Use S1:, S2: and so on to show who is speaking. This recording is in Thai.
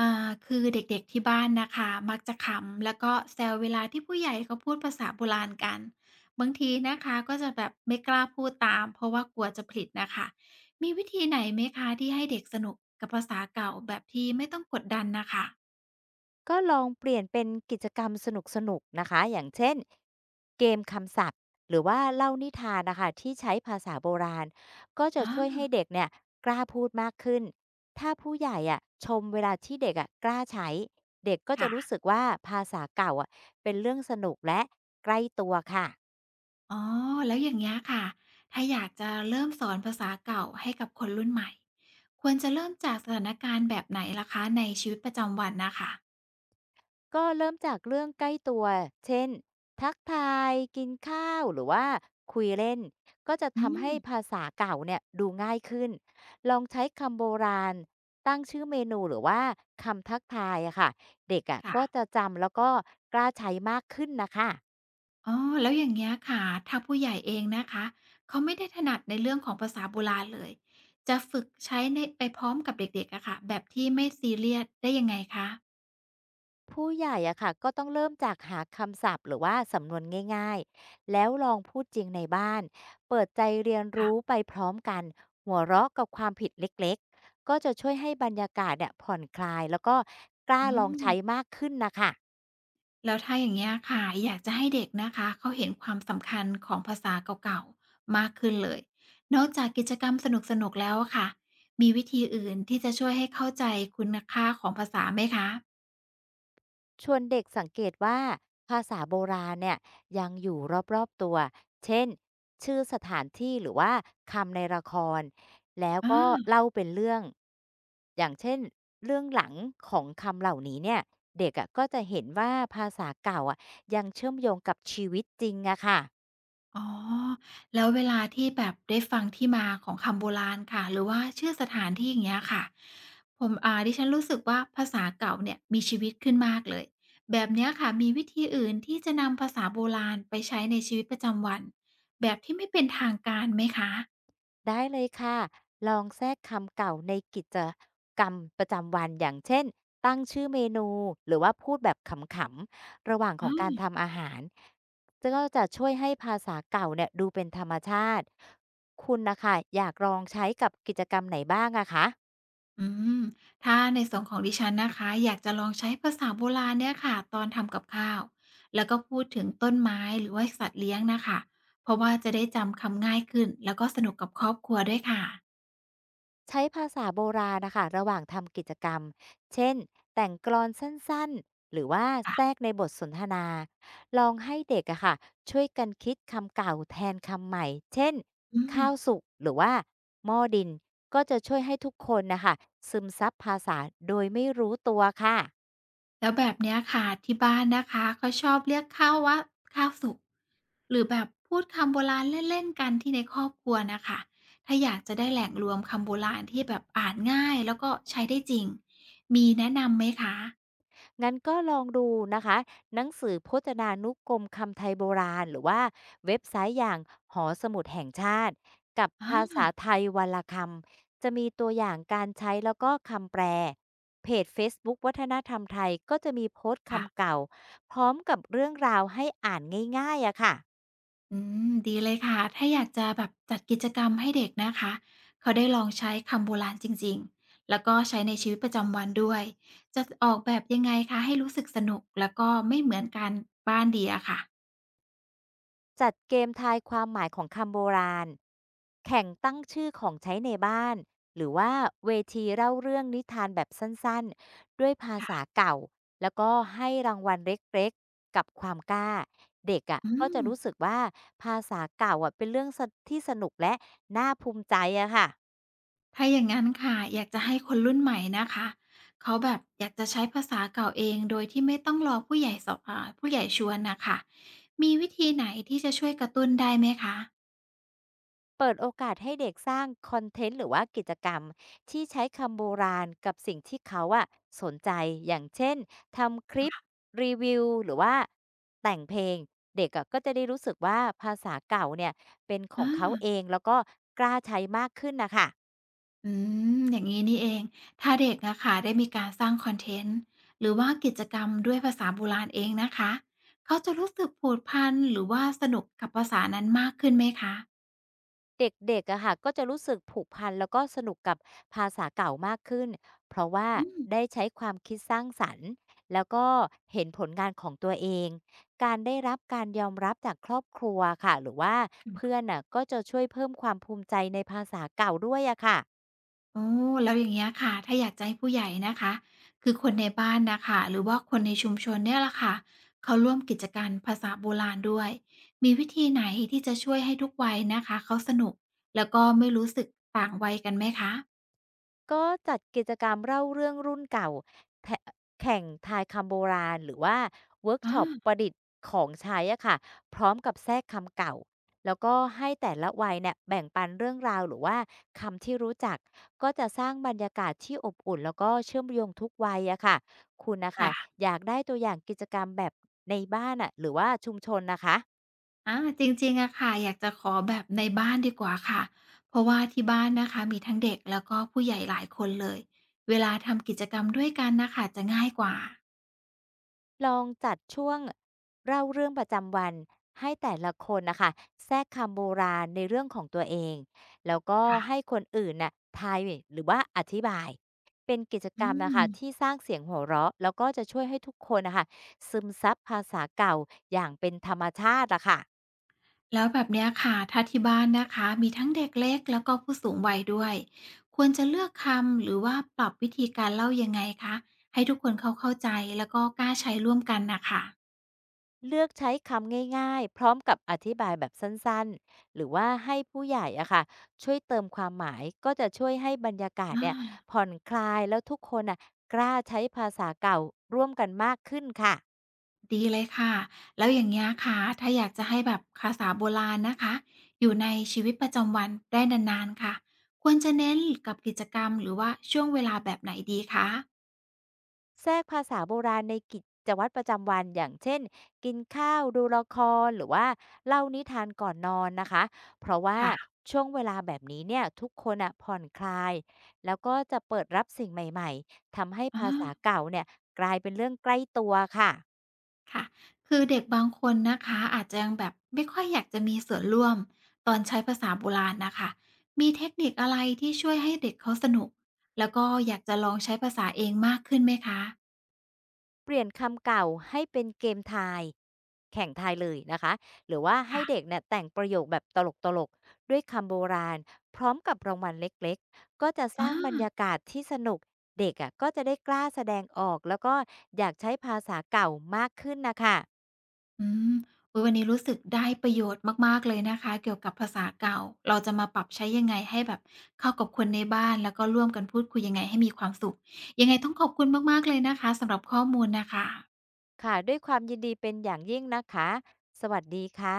S1: อ่าคือเด็กๆที่บ้านนะคะมักจะขำแล้วก็แซวเวลาที่ผู้ใหญ่เขาพูดภาษาโบราณกันบางทีนะคะก็จะแบบไม่กล้าพูดตามเพราะว่ากลัวจะผิดนะค่ะมีวิธีไหนไหมคะที่ให้เด็กสนุกกับภาษาเก่าแบบที่ไม่ต้องกดดันนะคะ
S2: ก็ลองเปลี่ยนเป็นกิจกรรมสนุกๆนะคะ อย่างเช่น เกมคำศัพท์หรือว่าเล่านิทานนะคะที่ใช้ภาษาโบราณ ก็จะช่วย
S1: อา
S2: ให้เด็กเนี่ยกล้าพูดมากขึ้น ถ้าผู้ใหญ่อะชมเวลาที่เด็กอะกล้าใช้ เด็กก็จะรู้
S1: ค่ะ
S2: สึกว่าภาษาเก่าอะเป็นเรื่องสนุกและใกล้ตัวค่ะ
S1: อ๋อแล้วอย่างนี้ยค่ะถ้าอยากจะเริ่มสอนภาษาเก่าให้กับคนรุ่นใหม่ควรจะเริ่มจากสถานการณ์แบบไหนล่ะคะในชีวิตประจำวันนะคะ
S2: ก็เริ่มจากเรื่องใกล้ตัว เช่น ทักทาย กินข้าวหรือว่าคุยเล่น ก็จะ
S1: อื
S2: ทำ
S1: ม
S2: ให้ภาษาเก่าเนี่ยดูง่ายขึ้น ลองใช้คำโบราณ ตั้งชื่อเมนูหรือว่าคำทักทายอะค่ะเด็กอะ
S1: ค่ะ
S2: ก็จะจำแล้วก็กล้าใช้มากขึ้นนะคะ
S1: อ๋อแล้วอย่างเงี้ยค่ะถ้าผู้ใหญ่เองนะคะ เขาไม่ได้ถนัดในเรื่องของภาษาโบราณเลยจะฝึกใช้ในไปพร้อมกับเด็กๆอะค่ะแบบที่ไม่ซีเรียสได้ยังไงคะ
S2: ผู้ใหญ่อะค่ะก็ต้องเริ่มจากหาคำศัพท์หรือว่าสำนวนง่ายๆแล้วลองพูดจริงในบ้านเปิดใจเรียน
S1: ค่ะ
S2: รู้ไปพร้อมกันหัวเราะกับความผิดเล็กๆก็จะช่วยให้บรรยากาศเนี่ยผ่อนคลายแล้วก็กล้า
S1: อื
S2: ลอง
S1: ม
S2: ใช้มากขึ้นนะคะ
S1: แล้วถ้าอย่างเงี้ยค่ะอยากจะให้เด็กนะคะ เขาเห็นความสำคัญของภาษาเก่าๆมากขึ้นเลย นอกจากกิจกรรมสนุกๆแล้วอะค่ะ มีวิธีอื่นที่จะช่วยให้เข้าใจคุณค่าของภาษาไหมคะ
S2: ชวนเด็กสังเกตว่าภาษาโบราณเนี่ยยังอยู่รอบๆตัว เช่นชื่อสถานที่หรือว่าคำในละครแล้ว
S1: อา
S2: ก็เล่าเป็นเรื่อง อย่างเช่นเรื่องหลังของคำเหล่านี้เนี่ยเด็กอะก็จะเห็นว่าภาษาเก่าอะยังเชื่อมโยงกับชีวิตจริงอะค่ะ
S1: อ๋อ แล้วเวลาที่แบบได้ฟังที่มาของคำโบราณค่ะ หรือว่าชื่อสถานที่อย่างเงี้ยค่ะ ผม อ่าดิฉันรู้สึกว่าภาษาเก่าเนี่ยมีชีวิตขึ้นมากเลย แบบเนี้ยค่ะมีวิธีอื่นที่จะนำภาษาโบราณไปใช้ในชีวิตประจำวันแบบที่ไม่เป็นทางการไหมคะ
S2: ได้เลยค่ะลองแทรกคำเก่าในกิจกรรมประจำวันอย่างเช่นตั้งชื่อเมนูหรือว่าพูดแบบขำๆระหว่างของการ
S1: อา
S2: ทำอาหารก็จะช่วยให้ภาษาเก่าเนี่ยดูเป็นธรรมชาติคุณนะคะอยากลองใช้กับกิจกรรมไหนบ้างอะคะ
S1: อืมถ้าในส่วนของดิฉันนะคะอยากจะลองใช้ภาษาโบราณเนี่ยค่ะตอนทำกับข้าวแล้วก็พูดถึงต้นไม้หรือว่าสัตว์เลี้ยงนะคะเพราะว่าจะได้จำคำง่ายขึ้นแล้วก็สนุกกับครอบครัวด้วยค่ะ
S2: ใช้ภาษาโบราณนะคะระหว่างทำกิจกรรม เช่นแต่งกลอนสั้นๆหรือว่าแทร
S1: ค่ะ
S2: กในบทสนทนาลองให้เด็กอะค่ะช่วยกันคิดคำเก่าแทนคำใหม่เช่น
S1: อื
S2: ข้า
S1: ม
S2: วสุกหรือว่าหม้อดินก็จะช่วยให้ทุกคนนะคะซึมซับภาษาโดยไม่รู้ตัวค่ะ
S1: แล้วแบบเนี้ยค่ะที่บ้านนะคะเขาชอบเรียกข้าวว่าข้าวสุกหรือแบบพูดคำโบราณเล่นๆกันที่ในครอบครัวนะคะถ้าอยากจะได้แหล่งรวมคำโบราณที่แบบอ่านง่ายแล้วก็ใช้ได้จริงมีแนะนำไหมคะ
S2: งั้นก็ลองดูนะคะหนังสือพจนานุกรมคำไทยโบราณหรือว่าเว็บไซต์อย่างหอสมุดแห่งชาติกับ
S1: อ
S2: ภา
S1: า
S2: ษาไทยวันละคำจะมีตัวอย่างการใช้แล้วก็คำแปลเพจเฟซบุ๊กวัฒนธรรมไทยก็จะมีโพสต์
S1: ค่ะ
S2: คำเก่าพร้อมกับเรื่องราวให้อ่านง่ายๆอะค่ะ
S1: อืมดีเลยค่ะถ้าอยากจะแบบจัดกิจกรรมให้เด็กนะคะ เขาได้ลองใช้คำโบราณจริงๆแล้วก็ใช้ในชีวิตประจำวันด้วยจะออกแบบยังไงคะให้รู้สึกสนุกแล้วก็ไม่เหมือนการบ้านดีอะค่ะ
S2: จัดเกมทายความหมายของคำโบราณ แข่งตั้งชื่อของใช้ในบ้าน หรือว่าเวทีเล่าเรื่องนิทานแบบสั้นๆ ด้วยภาษา
S1: ค่ะ
S2: เก่า แล้วก็ให้รางวัลเล็กๆ กับความกล้า เด็กอะ่ะ
S1: อื
S2: ก็จะ
S1: ม
S2: รู้สึกว่าภาษาเก่าอ่ะเป็นเรื่องสที่สนุกและน่าภูมิใจอะค่ะ
S1: ถ้าอย่างงั้นค่ะอยากจะให้คนรุ่นใหม่นะคะเขาแบบอยากจะใช้ภาษาเก่าเองโดยที่ไม่ต้องรอผู้ใหญ่สอบอ่าผู้ใหญ่ชวนน่ะค่ะมีวิธีไหนที่จะช่วยกระตุ้นได้ไหมคะ
S2: เปิดโอกาสให้เด็กสร้างคอนเทนต์หรือว่ากิจกรรมที่ใช้คำโบราณกับสิ่งที่เขาอะสนใจอย่างเช่นทำคลิปรีวิวหรือว่าแต่งเพลงเด็กอะก็จะได้รู้สึกว่าภาษาเก่าเนี่ยเป็นของ
S1: อา
S2: เขาเองแล้วก็กล้าใช้มากขึ้นนะคะ
S1: อืมอย่างนี้นี่เองถ้าเด็กนะค่ะได้มีการสร้างคอนเทนต์หรือว่ากิจกรรมด้วยภาษาโบราณเองนะคะเขาจะรู้สึกผูกพันหรือว่าสนุกกับภาษานั้นมากขึ้นไหมคะ
S2: เด็กๆอะค่ะก็จะรู้สึกผูกพันแล้วก็สนุกกับภาษาเก่ามากขึ้น เพราะว่า
S1: อืม
S2: ได้ใช้ความคิดสร้างสรรค์แล้วก็เห็นผลงานของตัวเอง การได้รับการยอมรับจากครอบครัวค่ะหรือว่าเพื่อนน่ะก็จะช่วยเพิ่มความภูมิใจในภาษาเก่าด้วยอะค่ะ
S1: โอ้แล้วอย่างเงี้ยค่ะถ้าอยากจะให้ผู้ใหญ่นะคะคือคนในบ้านนะคะหรือว่าคนในชุมชนเนี่ยละค่ะเขาร่วมกิจกรรมภาษาโบราณด้วยมีวิธีไหนที่จะช่วยให้ทุกวัยนะคะเขาสนุกแล้วก็ไม่รู้สึกต่างวัยกันไหมคะ
S2: ก็จัดกิจกรรมเล่าเรื่องรุ่นเก่าแทแข่งทายคำโบราณหรือว่าเวิร์กช็อปป
S1: อา
S2: ระดิษฐ์ของใช้อะค่ะพร้อมกับแทรกคำเก่าแล้วก็ให้แต่ละวัยเนี่ยแบ่งปันเรื่องราวหรือว่าคำที่รู้จักก็จะสร้างบรรยากาศที่อบอุ่นแล้วก็เชื่อมโยงทุกวัยอะค่ะคุณน่ะค่ะ
S1: ค่ะ
S2: อยากได้ตัวอย่างกิจกรรมแบบในบ้านน่ะหรือว่าชุมชนนะคะ
S1: อาจริงๆอะค่ะอยากจะขอแบบในบ้านดีกว่าค่ะเพราะว่าที่บ้านนะคะมีทั้งเด็กแล้วก็ผู้ใหญ่หลายคนเลยเวลาทำกิจกรรมด้วยกันน่ะค่ะจะง่ายกว่า
S2: ลองจัดช่วงเล่าเรื่องประจำวันให้แต่ละคนนะคะแทรกคำโบราณในเรื่องของตัวเองแล้วก็
S1: ค่ะ
S2: ให้คนอื่นน่ะทายหรือว่าอธิบายเป็นกิจกร
S1: อื
S2: รมนะ
S1: ม
S2: คะที่สร้างเสียงหัวเราะแล้วก็จะช่วยให้ทุกคนนะคะซึมซับภาษาเก่าอย่างเป็นธรรมชาติอะค่ะ
S1: แล้วแบบเนี้ยค่ะถ้าที่บ้านนะคะมีทั้งเด็กเล็กแล้วก็ผู้สูงวัยด้วยควรจะเลือกคำหรือว่าปรับวิธีการเล่ายังไงคะให้ทุกคนเขาเข้าใจแล้วก็กล้าใช้ร่วมกันน่ะค่ะ
S2: เลือกใช้คำง่ายๆ พร้อมกับอธิบายแบบสั้นๆ หรือว่าให้ผู้ใหญ่อะค่ะช่วยเติมความหมายก็จะช่วยให้บรรยากาศ
S1: อา
S2: เนี่ยผ่อนคลายแล้วทุกคนอะกล้าใช้ภาษาเก่าร่วมกันมากขึ้นค่ะ
S1: ดีเลยค่ะแล้วอย่างเงี้ยค่ะถ้าอยากจะให้แบบภาษาโบราณนะคะอยู่ในชีวิตประจำวันได้นานๆค่ะควรจะเน้นกับกิจกรรมหรือว่าช่วงเวลาแบบไหนดีคะ
S2: แทรกภาษาโบราณในกิจวัตรประจำวันอย่างเช่นกินข้าวดูละครหรือว่าเล่านิทานก่อนนอนนะคะเพราะว่า
S1: ค่ะ
S2: ช่วงเวลาแบบนี้เนี่ยทุกคนอะผ่อนคลายแล้วก็จะเปิดรับสิ่งใหม่ๆทำให้
S1: อา
S2: ภาษาเก่าเนี่ยกลายเป็นเรื่องใกล้ตัวค่ะ
S1: ค่ะคือเด็กบางคนนะคะอาจจะยังแบบไม่ค่อยอยากจะมีส่วนร่วมตอนใช้ภาษาโบราณนะคะมีเทคนิคอะไรที่ช่วยให้เด็กเขาสนุกแล้วก็อยากจะลองใช้ภาษาเองมากขึ้นไหมคะ
S2: เปลี่ยนคำเก่าให้เป็นเกมทายแข่งทายเลยนะคะหรือว่าให้เด็ก
S1: ค่ะ
S2: เนี่ยแต่งประโยคแบบตลกๆด้วยคำโบราณพร้อมกับรางวัลเล็กๆก็จะส
S1: อา
S2: ร้างบรรยากาศที่สนุกเด็กอ่ะก็จะได้กล้าแสดงออกแล้วก็อยากใช้ภาษาเก่ามากขึ้นนะคะ
S1: อืมอุ๊ยวันนี้รู้สึกได้ประโยชน์มากๆเลยนะคะเกี่ยวกับภาษาเก่าเราจะมาปรับใช้ยังไงให้แบบเข้ากับคนในบ้านแล้วก็ร่วมกันพูดคุยยังไงให้มีความสุขยังไงต้องขอบคุณมากๆเลยนะคะสำหรับข้อมูลน่ะค่ะ
S2: ค่ะด้วยความยินดีเป็นอย่างยิ่งนะคะสวัสดีค่ะ